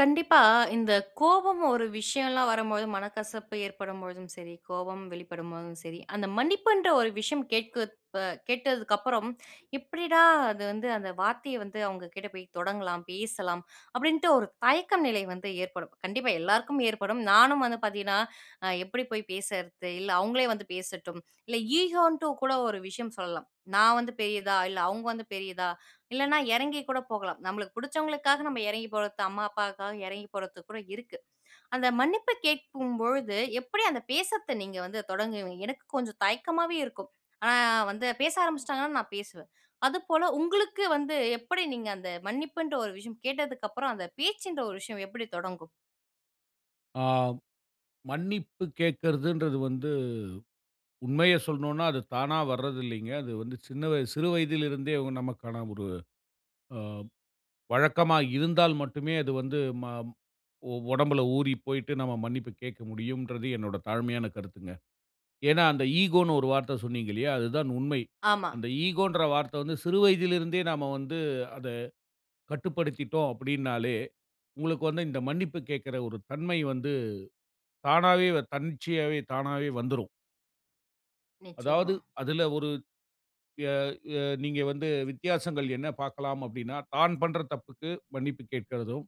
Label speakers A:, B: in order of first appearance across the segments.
A: கண்டிப்பா, இந்த கோபம் ஒரு விஷயம்லாம் வரும்போது, மனக்கசப்பு ஏற்படும்பொழுதும் சரி, கோபம் வெளிப்படும்போதும் சரி, அந்த மன்னிப்புன்ற ஒரு விஷயம் கேட்க கேட்டதுக்கப்புறம், எப்படிடா அது வந்து அந்த வார்த்தைய வந்து அவங்க கிட்ட போய் தொடங்கலாம், பேசலாம் அப்படின்ட்டு ஒரு தயக்கம் நிலை வந்து ஏற்படும். கண்டிப்பா எல்லாருக்கும் ஏற்படும். நானும் வந்து பார்த்தீங்கன்னா, எப்படி போய் பேசறது? இல்ல அவங்களே வந்து பேசட்டும். இல்ல ஈகோன்ட்டு கூட ஒரு விஷயம் சொல்லலாம். நான் வந்து பெரியதா? இல்ல அவங்க வந்து பெரியதா? இல்லன்னா இறங்கி கூட போகலாம். நம்மளுக்கு புடிச்சவங்களுக்காக நம்ம இறங்கி போறது, அம்மா, அப்பாவுக்காக இறங்கி போறது கூட இருக்கு. அந்த மன்னிப்பு கேட்கும்பொழுது, எப்படி அந்த பேசத்த நீங்க வந்து தொடங்குவீங்க? எனக்கு கொஞ்சம் தயக்கமாவே இருக்கும். ஆனா வந்து பேச ஆரம்பிச்சுட்டாங்கன்னா நான் பேசுவேன். அதுபோல உங்களுக்கு வந்து எப்படி நீங்க அந்த மன்னிப்புன்ற ஒரு விஷயம் கேட்டதுக்கு அப்புறம், அந்த பேச்சுன்ற ஒரு விஷயம் எப்படி தொடங்கும்?
B: ஆ மன்னிப்பு கேட்கறதுன்றது வந்து உண்மைய சொல்லணும்னா, அது தானா வர்றது இல்லைங்க. அது வந்து சின்ன வய சிறு வயதிலிருந்தே அவங்க நமக்கான ஒரு அ வழக்கமா இருந்தால் மட்டுமே அது வந்து ம ஒ உடம்புல ஊறி போயிட்டு நம்ம மன்னிப்பு கேட்க முடியும்ன்றது என்னோட தாழ்மையான கருத்துங்க. ஏன்னா, அந்த ஈகோன்னு ஒரு வார்த்தை சொன்னீங்க இல்லையா? அதுதான் உண்மை.
A: ஆமா.
B: அந்த ஈகோன்ற வார்த்தை வந்து சிறு வயதிலிருந்தே நாம வந்து அத கட்டுப்படுத்திட்டோம் அப்படின்னாலே, உங்களுக்கு வந்து இந்த மன்னிப்பு கேட்கிற ஒரு தன்மை வந்து தன்னிச்சையாவே தானாவே வந்துரும். அதாவது
A: நிச்சயமா.
B: அதுல ஒரு அ அ நீங்க வந்து வித்தியாசங்கள் என்ன பார்க்கலாம் அப்டின்னா, தான் பண்ற தப்புக்கு மன்னிப்பு கேட்கிறதும்,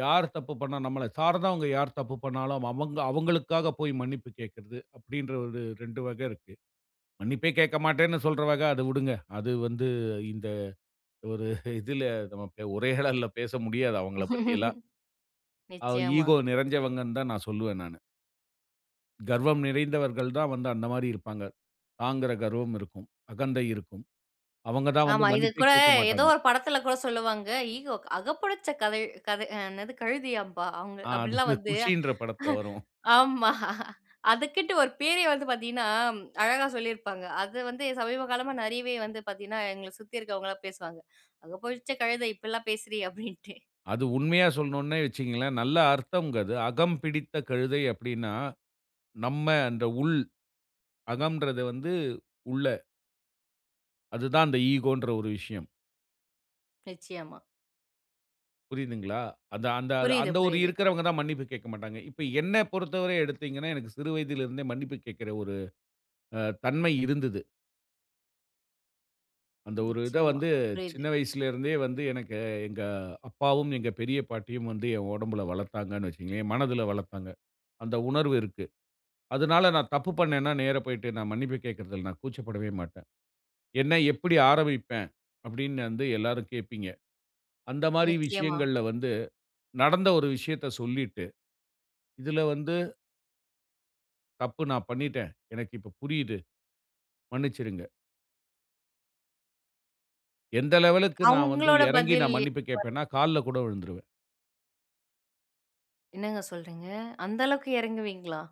B: யார் தப்பு பண்ணா நம்மள சார்ந்தவங்க யார் தப்பு பண்ணாலும் அவங்க அவங்களுக்காக போய் மன்னிப்பு கேட்கிறது அப்டின்ற ஒரு 2 வகை இருக்கு. மன்னிப்பே கேட்க மாட்டேன்னு சொல்ற வகை அது விடுங்க. அது வந்து இந்த ஒரு இதுல நம்ம உரையாடல்ல பேச முடியாது அவங்கள பத்தியெல்லாம். அ
A: நிச்சயமா.
B: ஈகோ நிறைஞ்சவங்கன்னு தான் நான் சொல்லுவேன் நானு. கர்வம் நிறைந்தவர்கள் தான் வந்து அந்த மாரி இருப்பாங்க. தாங்குற கர்வம் இருக்கும். அகந்தை இருக்கும். அவங்க தான்
A: ஆமா,
B: வந்து
A: இது
B: மன்னிப்பே
A: கூட
B: கேட்க
A: ஏதோ
B: மாட்டாங்க.
A: ஒரு படத்துல கூட சொல்லுவாங்க. ஈகோ "அகப்படைச்ச கதை கதை என்னது கழுதையாம்பா" அவங்க
B: அது
A: அப்படிலாம்
B: இந்த
A: வந்து
B: குஷின்ற படத்துல வரும்.
A: ஆமா. அதுக்குன்ட்டு ஒரு பேரே வந்து பார்த்தீங்கன்னா, அழகா சொல்லியிருப்பாங்க. அது வந்து சமீப காலமா நெறையவே வந்து பார்த்தீங்கன்னா, எங்கள சுத்தி இருக்கவங்கலாம் பேசுவாங்க. "அங்க போயிடுச்சே கழுத, இப்படிலாம் பேசுறீ" அப்படின்ட்டு.
B: அது உண்மையா சொல்லணும்னே வச்சுக்கங்களேன், நல்ல அர்த்தம்ங்க அது. "அகம் பிடித்த கழுதை" அப்படின்னா, நம்ம அந்த அகம்ன்றது வந்து உள்ள. அதுதான் அந்த ஈகோன்ற ஒரு விஷயம்.
A: நிச்சயமா.
B: புரியுதுங்களா? அந்த அந்த
A: புரியுது,
B: அந்த ஒரு
A: புரியுது.
B: இருக்கிறவங்க தான் மன்னிப்பு கேட்க மாட்டாங்க. இப்ப என்ன பொறுத்தவரை எடுத்தீங்கன்னா, எனக்கு சிறு வயதிலிருந்தே மன்னிப்பு கேட்கிற ஒரு அ தன்மை இருந்தது. அந்த ஒரு இத
A: நிச்சயமா.
B: வந்து
A: புரியுது.
B: சின்ன வயசுலேருந்தே வந்து எனக்கு எங்க அப்பாவும், எங்க பெரிய பாட்டியும் வந்து என் உடம்புல வளர்த்தாங்கன்னு வச்சுக்கங்களேன். என் மனதுல வளர்த்தாங்க. அந்த உணர்வு இருக்கு. அதனால நான் தப்பு பண்ணேன்னா, நேரா போயிட்டு நான் மன்னிப்பு கேட்கறதில்ல. நான் கூச்சப்படவே மாட்டேன். என்ன எப்படி ஆரம்பிப்பேன்? அப்படின்னு வந்து எல்லாரும் கேட்பீங்க. அந்த மாரி
A: நிச்சயமா.
B: விஷயங்கள்ல வந்து, நடந்த ஒரு விஷயத்த சொல்லிட்டு, இதுல வந்து தப்பு நான் பண்ணிட்டேன். எனக்கு இப்ப புரியுது. மன்னிச்சிடுங்க. எந்த லெவலுக்கு நான் வந்து
A: அவங்களோட
B: இறங்கி
A: பதில்
B: நான் மன்னிப்பு கேட்பேன்னா, கால்ல கூட விழுந்துருவேன்.
A: என்னங்க சொல்றீங்க? அந்த அளவுக்கு இறங்குவீங்களா?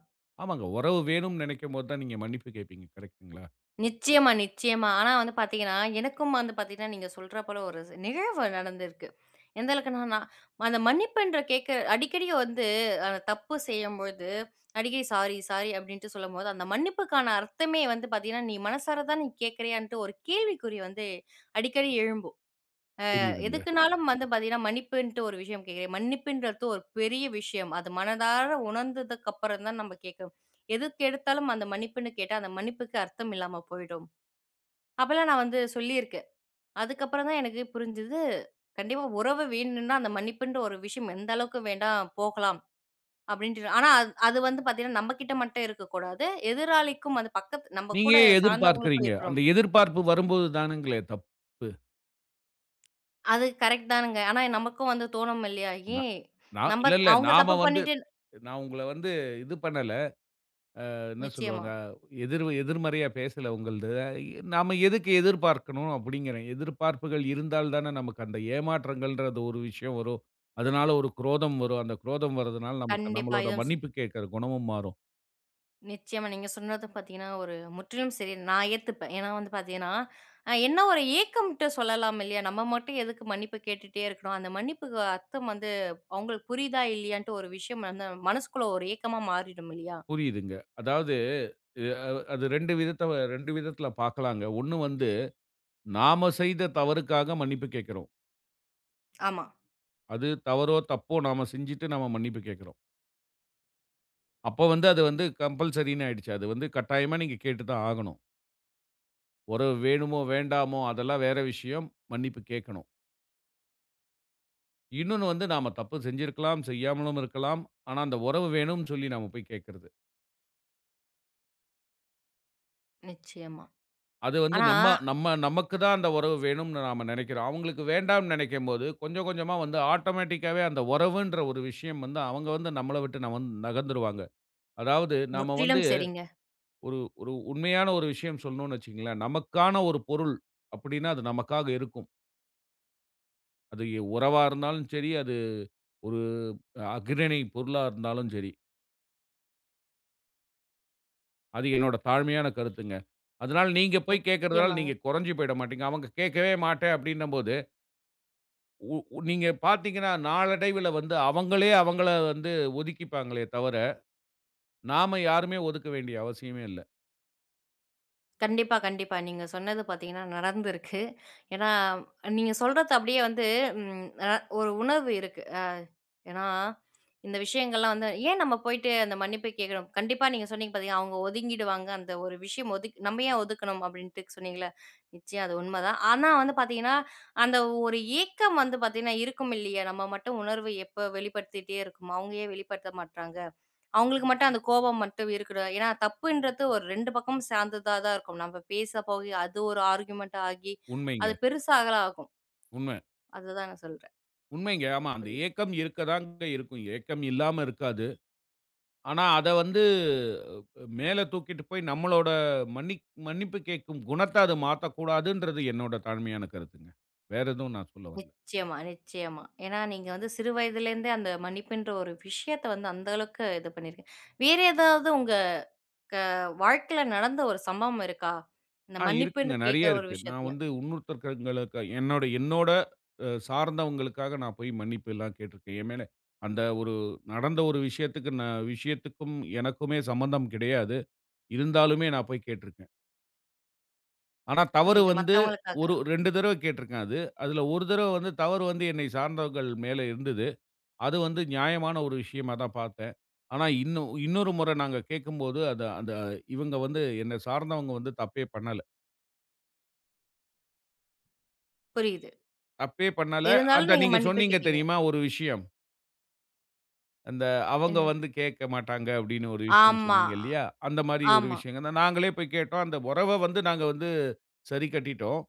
B: ஆமாங்க. உறவு வேணும்னு நினைக்கும்போது தான் நீங்க மன்னிப்பு கேட்பீங்க. கரெக்ட்டுங்களா?
A: நிச்சயமா, நிச்சயமா. ஆனா வந்து பார்த்தீங்கன்னா, எனக்கும் வந்து பார்த்தீங்கன்னா, நீங்க சொல்ற போல ஒரு நிகழ்வு நடந்திருக்கு. எந்த அளவுக்குன்னா, நான் அந்த மன்னிப்புன்ற கேட்க அடிக்கடி வந்து தப்பு செய்யும்பொழுது, அடிக்கடி சாரி, சாரி அப்படின்ட்டு சொல்லும்போது, அந்த மன்னிப்புக்கான அர்த்தமே வந்து பார்த்தீங்கன்னா, "நீ மனசார தான் நீ கேட்கறியான்ட்டு?" ஒரு கேள்விக்குறி வந்து அடிக்கடி எழும்பும்.
B: புரியுதுங்க.
A: எதுக்குனாலும் வந்து பார்த்தீங்கன்னா, மன்னிப்புன்ட்டு ஒரு விஷயம் கேட்கிறேன். மன்னிப்புன்றது ஒரு பெரிய விஷயம். அது மனதார உணர்ந்ததுக்கு அப்புறம் தான் நம்ம கேட்கணும். எதுக்கு எடுத்தாலும் அந்த மன்னிப்புன்னு கேட்டா, அந்த மன்னிப்புக்கு அர்த்தம் இல்லாம போயிடும். அப்பலாம் நான் வந்து சொல்லியிருக்கேன். அதுக்கப்புறம் தான் எனக்கு புரிஞ்சது, கண்டிப்பா உறவு வேணும்னா, அந்த மன்னிப்புன்ற ஒரு விஷயம் எந்த அளவுக்கு வேண்டாம் போகலாம் அப்படின்ட்டு. ஆனா அது அது வந்து பார்த்தீங்கன்னா, நம்ம கிட்ட மட்டும் இருக்கக்கூடாது. எதிராளிக்கும் அது பக்கத்து நம்ம
B: நீங்க
A: கூட
B: ஏன்
A: சார்ந்தவங்களுக்கும்
B: எதிர்பார்க்கிறீங்க? அந்த
A: இருக்கணும்.
B: எதிர்பார்ப்பு வரும்போது தானுங்களே தப்பு.
A: அது கரெக்ட் தானுங்க. ஆனா நமக்கும் வந்து தோணும் இல்லையா?
B: நா
A: ஏன்
B: நான்
A: நம்ம
B: இல்ல, இல்ல.
A: அவங்க தப்பு
B: நாம வந்து
A: பண்ணிட்டு
B: நான் உங்கள வந்து இது பண்ணல. என்ன
A: நிச்சயமா.
B: சொல்லுவாங்க? எதிர்மறையா பேசல உங்களது. நாம எதுக்கு எதிர்பார்க்கணும் அப்படிங்கிறேன். எதிர்பார்ப்புகள் இருந்தால் தானே நமக்கு அந்த ஏமாற்றங்கள்ன்றது ஒரு விஷயம் வரும். அதனால ஒரு குரோதம் வரும். அந்த குரோதம் வரதுனால நமக்கு
A: கண்டிப்பா.
B: நம்மளோட
A: இது
B: மன்னிப்பு கேட்கிற குணமும் மாறும்.
A: நிச்சயமா. நீங்க சொன்னது பார்த்தீங்கன்னா, ஒரு முற்றிலும் சரி. நான் ஏத்துப்பேன். ஏன்னா வந்து பார்த்தீங்கன்னா, என்ன ஒரு ஏக்கம்ன்ட்டு சொல்லலாம் இல்லையா? நம்ம மட்டும் எதுக்கு மன்னிப்பு கேட்டுட்டே இருக்கணும்? அந்த மன்னிப்புக்கு அர்த்தம் வந்து அவங்களுக்கு புரியுதா? இல்லையான்ட்டு ஒரு விஷயம் வந்து மனசுக்குள்ள ஒரு ஏக்கமா மாறிடும் இல்லையா?
B: புரியுதுங்க. அதாவது இது, அ அது 2 2 விதத்துல பார்க்கலாங்க. 1 வந்து நாம செய்த தவறுக்காக மன்னிப்பு கேட்கிறோம்.
A: ஆமா.
B: அது தவறோ, தப்போ நாம செஞ்சுட்டு நாம மன்னிப்பு கேட்கிறோம். அப்போ வந்து அது வந்து கம்பல்சரின்னு ஆயிடுச்சு. அது வந்து கட்டாயமா நீங்க கேட்டு தான் ஆகணும். உறவு வேணுமோ, வேண்டாமோ அதெல்லாம் வேற விஷயம். மன்னிப்பு கேட்கணும். இன்னொன்னு வந்து நாம தப்பு செஞ்சிருக்கலாம், செய்யாமலும் இருக்கலாம். ஆனா அந்த உறவு வேணும்னு சொல்லி நாம போய் கேட்கறது.
A: நிச்சயமா.
B: அது வந்து
A: ஆனா
B: நம்ம நம்ம நமக்கு தான் அந்த உறவு வேணும்னு நாம நெனைக்கிறோம். அவங்களுக்கு வேண்டாம்னு நெனைக்கும்போது, கொஞ்சம் கொஞ்சமா வந்து ஆட்டோமேட்டிக்காவே அந்த உறவுன்ற ஒரு விஷயம் வந்து அவங்க வந்து நம்மள விட்டு நகர்ந்துருவாங்க. அதாவது நாம வந்து
A: முற்றிலும் சரிங்க.
B: ஒரு ஒரு உண்மையான ஒரு விஷயம் சொல்லணும்னு வச்சுக்கங்களேன், நமக்கான ஒரு பொருள் அப்படின்னா அது நமக்காக இருக்கும். உறவா இருந்தாலும் சரி, அது ஒரு அக்ரணை பொருளா இருந்தாலும் சரி. அது என்னோட தாழ்மையான கருத்துங்க. அதனால நீங்க போய் கேட்கறதால
A: நிச்சயமாங்க.
B: நீங்க குறைஞ்சு போயிட மாட்டீங்க. அவங்க கேட்கவே மாட்டேன் அப்படின்னம்போது, நீங்க பார்த்தீங்கன்னா நாளடைவில வந்து அவங்களே அவங்கள வந்து ஒதுக்கிப்பாங்களே தவிர, நாம யாருமே ஒதுக்க வேண்டிய அவசியமே இல்ல.
A: கண்டிப்பா, கண்டிப்பா. நீங்க சொன்னது பார்த்தீங்கன்னா நடந்திருக்கு. ஏன்னா, நீங்க சொல்றது அப்படியே வந்து ம் அ ஒரு உணர்வு இருக்கு. ஏன்னா, இந்த விஷயங்கள்லாம் வந்து ஏன் நம்ம போயிட்டு அந்த மன்னிப்பு கேட்கணும்? கண்டிப்பா நீங்க சொன்னீங்க பார்த்தீங்களா, அவங்க ஒதுங்கிடுவாங்க. அந்த ஒரு விஷயம் நம்ம ஏன் ஒதுக்கணும் அப்படின்ட்டு சொன்னீங்கல்ல. நிச்சயம் அது உண்மதான். ஆனா வந்து பார்த்தீங்கன்னா, அந்த ஒரு ஏக்கம் வந்து பார்த்தீங்கன்னா இருக்கும் இல்லையா? நம்ம மட்டும் உணர்வு எப்ப வெளிப்படுத்திட்டே இருக்குமா? அவங்க ஏன் வெளிப்படுத்த மாட்றாங்க? அவங்களுக்கு மட்டும் அந்த கோபம் மட்டும் இருக்குதா? ஏன்னா தப்புன்றது ஒரு 2 பக்கமும் சார்ந்ததா தான் இருக்கும். நம்ம பேச போய் அது ஒரு ஆர்குமென்ட் ஆகி, அது
B: உண்மைங்க.
A: பெருசாகலாம் ஆகும்.
B: உண்ம.
A: அதுதான் நான் சொல்றேன்.
B: உண்மைங்க. ஆமா. அந்த
A: புரியுது.
B: ஏக்கம் இருக்க தாங்க இருக்கும். ஏக்கம் இல்லாம இருக்காது. ஆனா, அத வந்து மேல தூக்கிட்டு போய் நம்மளோட மன்னிப்பு கேட்கும் குணத்த அது மாத்தக்கூடாதுன்றது என்னோட தாழ்மையான கருத்துங்க. வேற எதுவும் நான் சொல்ல வரல.
A: நிச்சயமா, நிச்சயமா. ஏன்னா நீங்க வந்து சிறு வயதிலேருந்தே அந்த மன்னிப்புன்ற ஒரு விஷயத்த வந்து அந்த அளவுக்கு இது பண்ணியிருக்கீங்க. வேற ஏதாவது உங்க க வாழ்க்கையில நடந்த ஒரு சம்பவம் இருக்கா? இந்த மன்னிப்புன்னு
B: இருக்குங்க.
A: கேட்கிற
B: நெறைய
A: ஒரு
B: இருக்கு. நான்
A: விஷயத்துல.
B: வந்து இன்னொருத்தர்களுக்கு என்னோட என்னோட சார்ந்தவங்களுக்காக நான் போய் மன்னிப்பு எல்லாம் கேட்டுருக்கேன். என் மேல அந்த ஒரு நடந்த ஒரு விஷயத்துக்கும் எனக்குமே சம்மந்தம் கிடையாது. இருந்தாலுமே நான் போய் கேட்டுருக்கேன். ஆனா, தவறு
A: புரியுது.
B: வந்து ஒரு
A: மத்தவங்களுக்காக.
B: 2 தடவ கேட்டுருக்கேன் அது. அதுல ஒரு தடவ வந்து தவறு வந்து என்னை சார்ந்தவர்கள் மேல இருந்தது. அது வந்து நியாயமான ஒரு விஷயமா தான் பார்த்தேன். ஆனா, இன்னொரு முறை நாங்க கேட்கும்போது, அது அந்த இவங்க வந்து என்ன சார்ந்தவங்க வந்து தப்பே பண்ணல.
A: புரியுது.
B: தப்பே பண்ணல.
A: இருந்தாலும்
B: அந்த
A: நீங்க
B: நீங்க
A: மன்னிப்பு
B: சொன்னீங்க
A: கேட்டீங்க.
B: தெரியுமா ஒரு விஷயம். அந்த அவங்க
A: என்னது?
B: வந்து கேட்க மாட்டாங்க அப்படின்னு ஒரு விஷயம்
A: ஆமா,
B: சொன்னீங்க இல்லையா? அந்த மாரி ஒரு
A: ஆமா.
B: விஷயங்க தான். நாங்களே போய் கேட்டோம். அந்த உறவ வந்து நாங்க வந்து சரி கட்டிட்டோம்.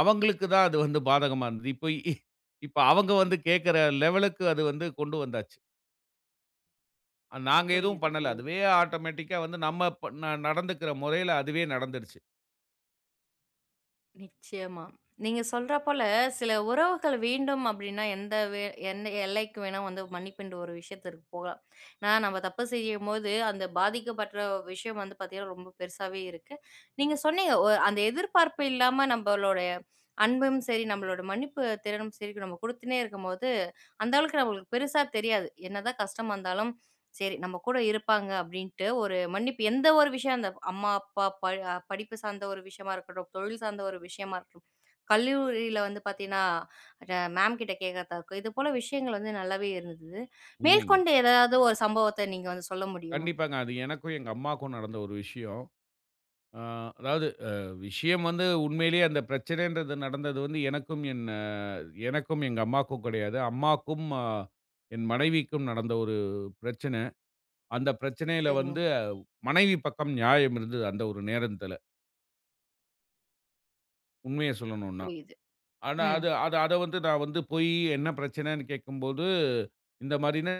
B: அவங்களுக்கு தான் அது வந்து பாதகமா இருந்தது. இப்ப அவங்க வந்து கேட்கிற லெவலுக்கு அது வந்து கொண்டு வந்தாச்சு. நாங்க எதுவும்
A: புரியுது,
B: பண்ணல.
A: புரியுது.
B: அதுவே ஆட்டோமேட்டிக்கா வந்து நம்ம ப ந நடந்துக்கிற முறையில அதுவே நடந்துருச்சு.
A: நிச்சயமா. நீங்க சொல்றா போல, சில உறவுகள் வேண்டும் அப்டின்னா, எந்த எல்லைக்கு வேணா வந்து மன்னிப்புன்ற ஒரு விஷயத்திற்கு போகலாம். ஏன்னா, நம்ம தப்பு செய்யும்போது, அந்த பாதிக்கப்பட்ற விஷயம் வந்து பாத்தீங்கன்னா, ரொம்ப பெருசாவே இருக்கு. நீங்க சொன்னீங்க, அந்த எதிர்பார்ப்பு இல்லாம நம்பளுடைய அன்பும் சரி, நம்மளோட மன்னிப்பு திறனும் சரி, நம்ம குடுத்துன்னே இருக்கும்போது அந்த அளவுக்கு நம்மளுக்கு பெருசா தெரியாது. என்னதான் கஷ்டமா இருந்தாலும், சரி நம்ம கூட இருப்பாங்க அப்படின்ட்டு ஒரு மன்னிப்பு எந்த ஒரு விஷயம் அந்த அம்மா, அப்பா, ப அ படிப்பு சார்ந்த ஒரு விஷயமா இருக்கட்டும், தொழில் சார்ந்த ஒரு விஷயமா இருக்கட்டும், கல்லூரியில வந்து பார்த்தீங்கன்னா, ர மேம் கிட்ட கேட்கறதா இருக்கும். இது போல விஷயங்கள் வந்து நல்லாவே இருந்தது.
B: உண்மைங்க.
A: மேற்கொண்டு ஏதாவது ஒரு சம்பவத்த நீங்க வந்து சொல்ல முடியுமா?
B: கண்டிப்பாங்க. அது எனக்கும் எங்க அம்மாக்கும் நடந்த ஒரு விஷயம். அ அதாவது விஷயம் வந்து உண்மையிலேயே அந்த பிரச்சனைன்றது நடந்தது வந்து எனக்கும் எங்க அம்மாக்கும் கிடையாது. அம்மாக்கும் என் மனைவிக்கும் நடந்த ஒரு பிரச்சனை. அந்த பிரச்சனையில
A: சரிங்க.
B: வந்து மனைவி பக்கம் நியாயம் இருந்தது அந்த ஒரு நேரத்தில. உண்மைய சொல்லணும்னா.
A: புரியுது.
B: ஆனா,
A: ம்.
B: அது அது அத வந்து நான் வந்து போயி என்ன பிரச்சனைன்னு கேட்கும்போது, இந்த மாரின்னு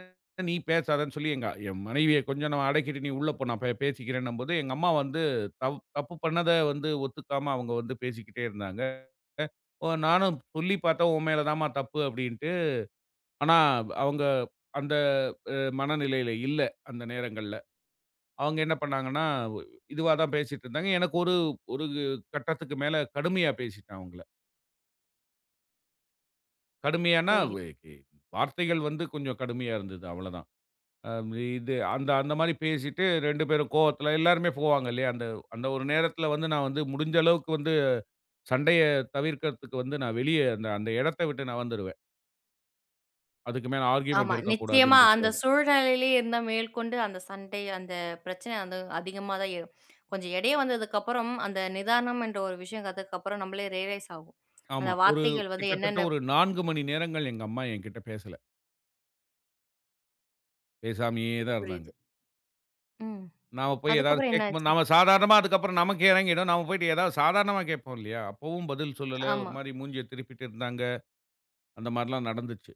B: நீ பேசாதன்னு சொல்லி என் மனைவிய கொஞ்சம் நான் அடக்கிட்டு, "நீ உள்ள போ நான் பேசிக்கிறேன்னும்போது" எங்க அம்மா வந்து தப்பு பண்ணத வந்து ஒத்துக்காம அவங்க வந்து பேசிக்கிட்டே இருந்தாங்க. "ஓ நானும் சொல்லி பார்த்தேன், உன் மேல தான்ம்மா தப்பு" அப்படின்ட்டு. ஆனா, அவங்க அந்த அ மனநிலையில இல்ல, அந்த நேரங்கள்ல. அவங்க என்ன பண்ணாங்கன்னா, இதுவா தான் பேசிட்டு இருந்தாங்க. எனக்கு ஒரு ஒரு கட்டத்துக்கு மேல கடுமையா பேசிட்டேன் அவங்கள. கடுமையானா, வே
A: புரியுது.
B: எ வார்த்தைகள் வந்து கொஞ்சம் கடுமையா இருந்தது. அவ்வளதான். அ இது அந்த அந்த மாரி பேசிட்டு 2 பேரும் கோவத்துல எல்லாருமே போவாங்க இல்லையா? அந்த அந்த ஒரு நேரத்துல வந்து நான் வந்து முடிஞ்ச அளவுக்கு வந்து சண்டைய தவிர்க்கிறதுக்கு வந்து நான் வெளிய அந்த அந்த இடத்த விட்டு நான் வந்துருவேன். அதுக்கு மேல
A: ஆமா.
B: ஆர்கியுமென்ட்
A: நிச்சயமா அந்த
B: இருக்கக்கூடாதுன்றதுக்காக.
A: சூழ்நிலையிலே இருந்தா மேற்கொண்டு அந்த சண்டை, அந்த பிரச்சனை வந்து அதிகமா தான் ஏறும். கொஞ்சம் இடைய வந்ததுக்கப்புறம், அந்த நிதானம் என்ற ஒரு விஷயம் கத்துக்கப்புறம் நம்மளே ரியலைஸ் ஆகும். அந்த
B: ஆமா.
A: வார்த்தைகள் வந்து
B: கிட்டத்தட்ட
A: என்னென்ன
B: ஒரு 4 மணி நேரங்கள் எங்க அம்மா என்கிட்ட பேசல. பேசாமயே தான்
A: புரியுது.
B: இருந்தாங்க.
A: ம்.
B: நாம போய் ஏதாவது
A: அதுக்கப்புறம் என்ன
B: கேட்கும்போது
A: ஆச்சு?
B: நாம சாதாரணமா அதுக்கப்புறம் நமக்கு இறங்கிடும். நாம போயிட்டு ஏதாவது சாதாரணமா கேட்போம் இல்லையா? அப்பவும் பதில் சொல்லல. ஒரு
A: ஆமா.
B: மாரி மூஞ்சிய திருப்பிட்டு இருந்தாங்க. அந்த மாரிலாம் நடந்துச்சு.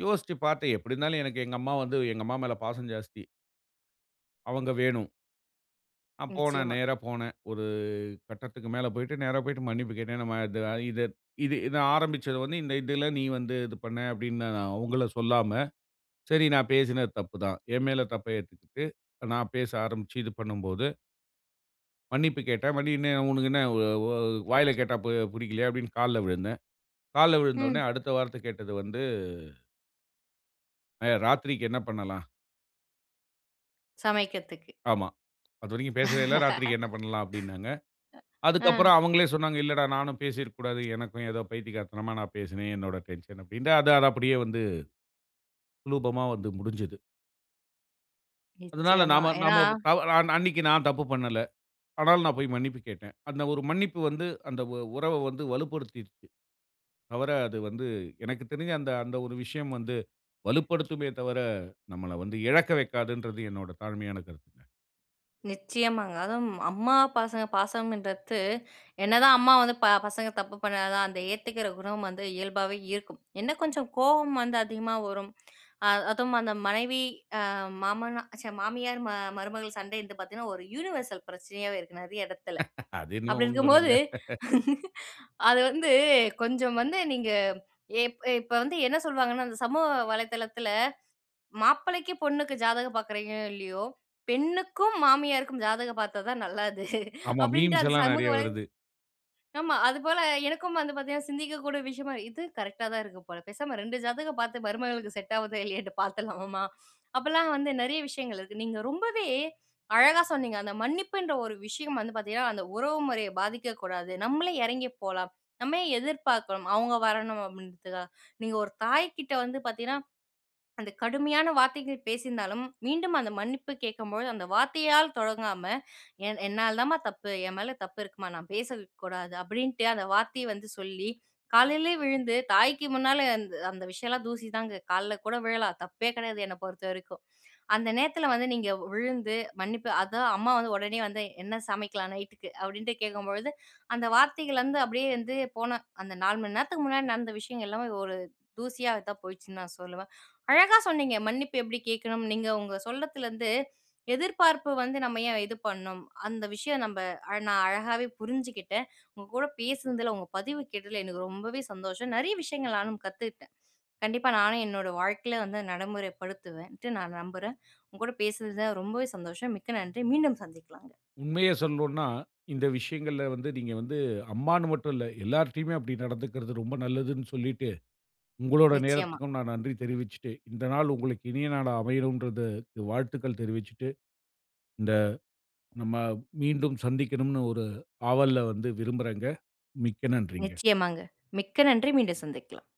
B: யோசிச்சு பார்த்தேன். எப்டி இருந்தாலும் எனக்கு எங்க அம்மா மேல பாசம் ஜாஸ்தி. அவங்க வேணும். நான் போனேன்.
A: நிச்சயமா.
B: நேரா போனேன். ஒரு கட்டத்துக்கு மேல போயிட்டு, நேரா போயிட்டு மன்னிப்பு கேட்டேன். நம்ம இது இது இது இத ஆரம்பிச்சது வந்து இந்த இதில நீ வந்து இது பண்ண அப்டின்னு நான் அவங்கள சொல்லாம, சரி நான் பேசினது தப்பு தான். என் மேல தப்ப ஏத்துக்கிட்டு, நான் பேச ஆரம்பிச்சு இது பண்ணும்போது, மன்னிப்பு கேட்டேன். என்ன உனக்கு என்ன ஒ ஒ வாயில கேட்டா புடிக்கலையா? அப்டின்னு கால்ல விழுந்தேன். கால்ல விழுந்தோனே
A: ம்.
B: அடுத்த வார்த்த கேட்டது வந்து, "ராத்திரிக்கு என்ன பண்ணலாம்?"
A: சமைக்கிறதுக்கு.
B: ஆமா. அதுவரைக்கும் பேசவே இல்ல. ராத்திரிக்கு என்ன பண்ணலாம் அப்டின்னாங்க.
A: ஆ.
B: அதுக்கப்புறம் அவங்களே சொன்னாங்க, இல்லடா நானும் பேசியிருக்க கூடாது. எனக்கும் ஏதோ பைத்தியக்காரத்தனமா நான் பேசினேன். என்னோட டென்ஷன் அப்டின்ட்டு. அது அது அப்படியே வந்து சுலூபமா வந்து முடிஞ்சது. அதனால
A: நிச்சயமா.
B: நாம
A: ஏன்னா
B: நாம தவ நான் அன்னைக்கு நான் தப்பு பண்ணல. ஆனாலும் நான் போய் மன்னிப்பு கேட்டேன். அந்த ஒரு மன்னிப்பு வந்து அந்த உறவ வந்து வலுப்படுத்திருச்சு. தவர அது வந்து எனக்கு தெரிஞ்சு அந்த அந்த ஒரு விஷயம் வந்து வலுப்படுத்துமே தவிர, நம்மள வந்து இழக்க வைக்காதுன்றது என்னோட தாழ்மையான கருத்துங்க.
A: நிச்சயமாங்க. அதுவும் அம்மா பசங்க பாசம்ன்றது என்னதான் அம்மா வந்து பசங்க தப்பு பண்ணாலும், அந்த ஏத்துக்கிற குணம் வந்து இயல்பாவே இருக்கும். என்ன கொஞ்சம் கோவம் வந்து அதிகமா வரும். அதுவும் அந்த மனைவி, அ மாமனா மாமியார், மருமகள் சண்டைன்றது பார்த்தீங்கன்னா, ஒரு யுனிவர்சல் பிரச்சனையாவே இருக்கு நெறைய இடத்துல.
B: அது என்னமோ
A: அப்படி
B: உண்மதாங்க.
A: இருக்கும்போது, அது வந்து கொஞ்சம் வந்து நீங்க இப்ப வந்து என்ன சொல்வாங்கன்னா, அந்த சமூக வலைதளத்துல மாப்பிள்ளைக்கு, பொண்ணுக்கு ஜாதகம் பார்க்குறீங்களோ இல்லையோ, பெண்ணுக்கும் மாமியாருக்கும் ஜாதகம் பார்த்தா தான் நல்லது.
B: ஆமா
A: அப்படின்ட்டு
B: மீம்ஸ்
A: அந்த
B: எல்லாம்
A: சமூக
B: நெறைய வருது.
A: ஆமா. அதுபோல எனக்கும் வந்து பார்த்தீங்கன்னா, சிந்திக்கக்கூடிய விஷயமா இது கரெக்ட்டா தான் இருக்கு போல. பேசாம 2 ஜாதகம் பார்த்து மருமகளுக்கு செட் ஆகுதா இல்லையான்ட்டு பார்த்துடலாமாம்மா? அப்பலாம் வந்து நெறைய விஷயங்கள் இருக்கு. நீங்க ரொம்பவே அழகா சொன்னீங்க. அந்த மன்னிப்புன்ற ஒரு விஷயம் வந்து பார்த்தீங்கன்னா, அந்த உறவு முறைய பாதிக்கக்கூடாது. நம்மளே இறங்கி போலாம். நம்ம ஏன் எதிர்பார்க்கணும், அவங்க வரணும் அப்படின்றதுக்காக. நீங்க ஒரு தாய் கிட்ட வந்து பார்த்தீங்கன்னா அந்த கடுமையான வார்த்தைகள் பேசியிருந்தாலும், மீண்டும் அந்த மன்னிப்பு கேட்கும்பொழுது, அந்த வார்த்தையால் தொடங்காம, "என்னால தாம்மா தப்பு. என் மேல தப்பு இருக்கும்மா. நான் பேசக்கூடாது." அப்படின்ட்டு அந்த வார்த்தைய வந்து சொல்லி, காலையிலயே விழுந்து, தாய்க்கு முன்னால அந்த அந்த விஷயம்லாம் தூசி தாங்க. கால்ல கூட விழலாம். தப்பே கிடையாது என்ன பொறுத்தவரைக்கும். அந்த நேரத்தில வந்து நீங்க விழுந்து மன்னிப்பு அதான் அம்மா வந்து உடனே வந்து, "என்ன சமைக்கலாம் நைட்டுக்கு?" அப்படின்ட்டு கேட்கும்பொழுது, அந்த வார்த்தைகள் வந்து அப்படியே வந்து போன அந்த 4 மணி நேரத்துக்கு முன்னாடி நடந்த விஷயம் எல்லாமே ஒரு தூசியா தான் போயிடுச்சுன்னு நான் சொல்லுவேன். அழகா சொன்னீங்க. மன்னிப்பு எப்படி கேட்கணும்? நீங்க உங்க சொல்லத்துலருந்து எதிர்பார்ப்பு வந்து நம்ம ஏன் இது பண்ணணும்? அந்த விஷயம் நம்ப அ நான் அழகாவே புரிஞ்சுக்கிட்டேன். உங்க கூட பேசுனதுல, உங்க பதிவு கேட்டதுல எனக்கு ரொம்பவே சந்தோஷம். நெறைய விஷயங்கள் நானும் கத்துக்கிட்டேன். கண்டிப்பா நானும் என்னோட வாழ்க்கையில வந்து நடைமுறைப்படுத்துவேன்ட்டு நான் நம்புறேன். உங்க கூட பேசுனதுல ரொம்பவே சந்தோஷம். மிக்க நன்றி. மீண்டும் சந்திக்கலாங்க.
B: உண்மைய சொல்லணும்னா, இந்த விஷயங்கள்ல வந்து நீங்க வந்து அம்மான்னு மட்டும் இல்ல, எல்லார்ட்டயுமே அப்படி நடந்துக்கிறது ரொம்ப நல்லதுன்னு சொல்லிட்டு, உங்களோட
A: நிச்சயமா,
B: நேரத்துக்கும் நான் நன்றி தெரிவிச்சுட்டு, இந்த நாள் உங்களுக்கு இனிய நாளா அமையணுன்றதுக்கு வாழ்த்துக்கள் தெரிவிச்சுட்டு, இந்த நம்ம மீண்டும் சந்திக்கணும்னு ஒரு ஆவல்ல வந்து விரும்புறேங்க. மிக்க நன்றிங்க.
A: நிச்சயமாங்க. மிக்க நன்றி. மீண்டும் சந்திக்கலாம்.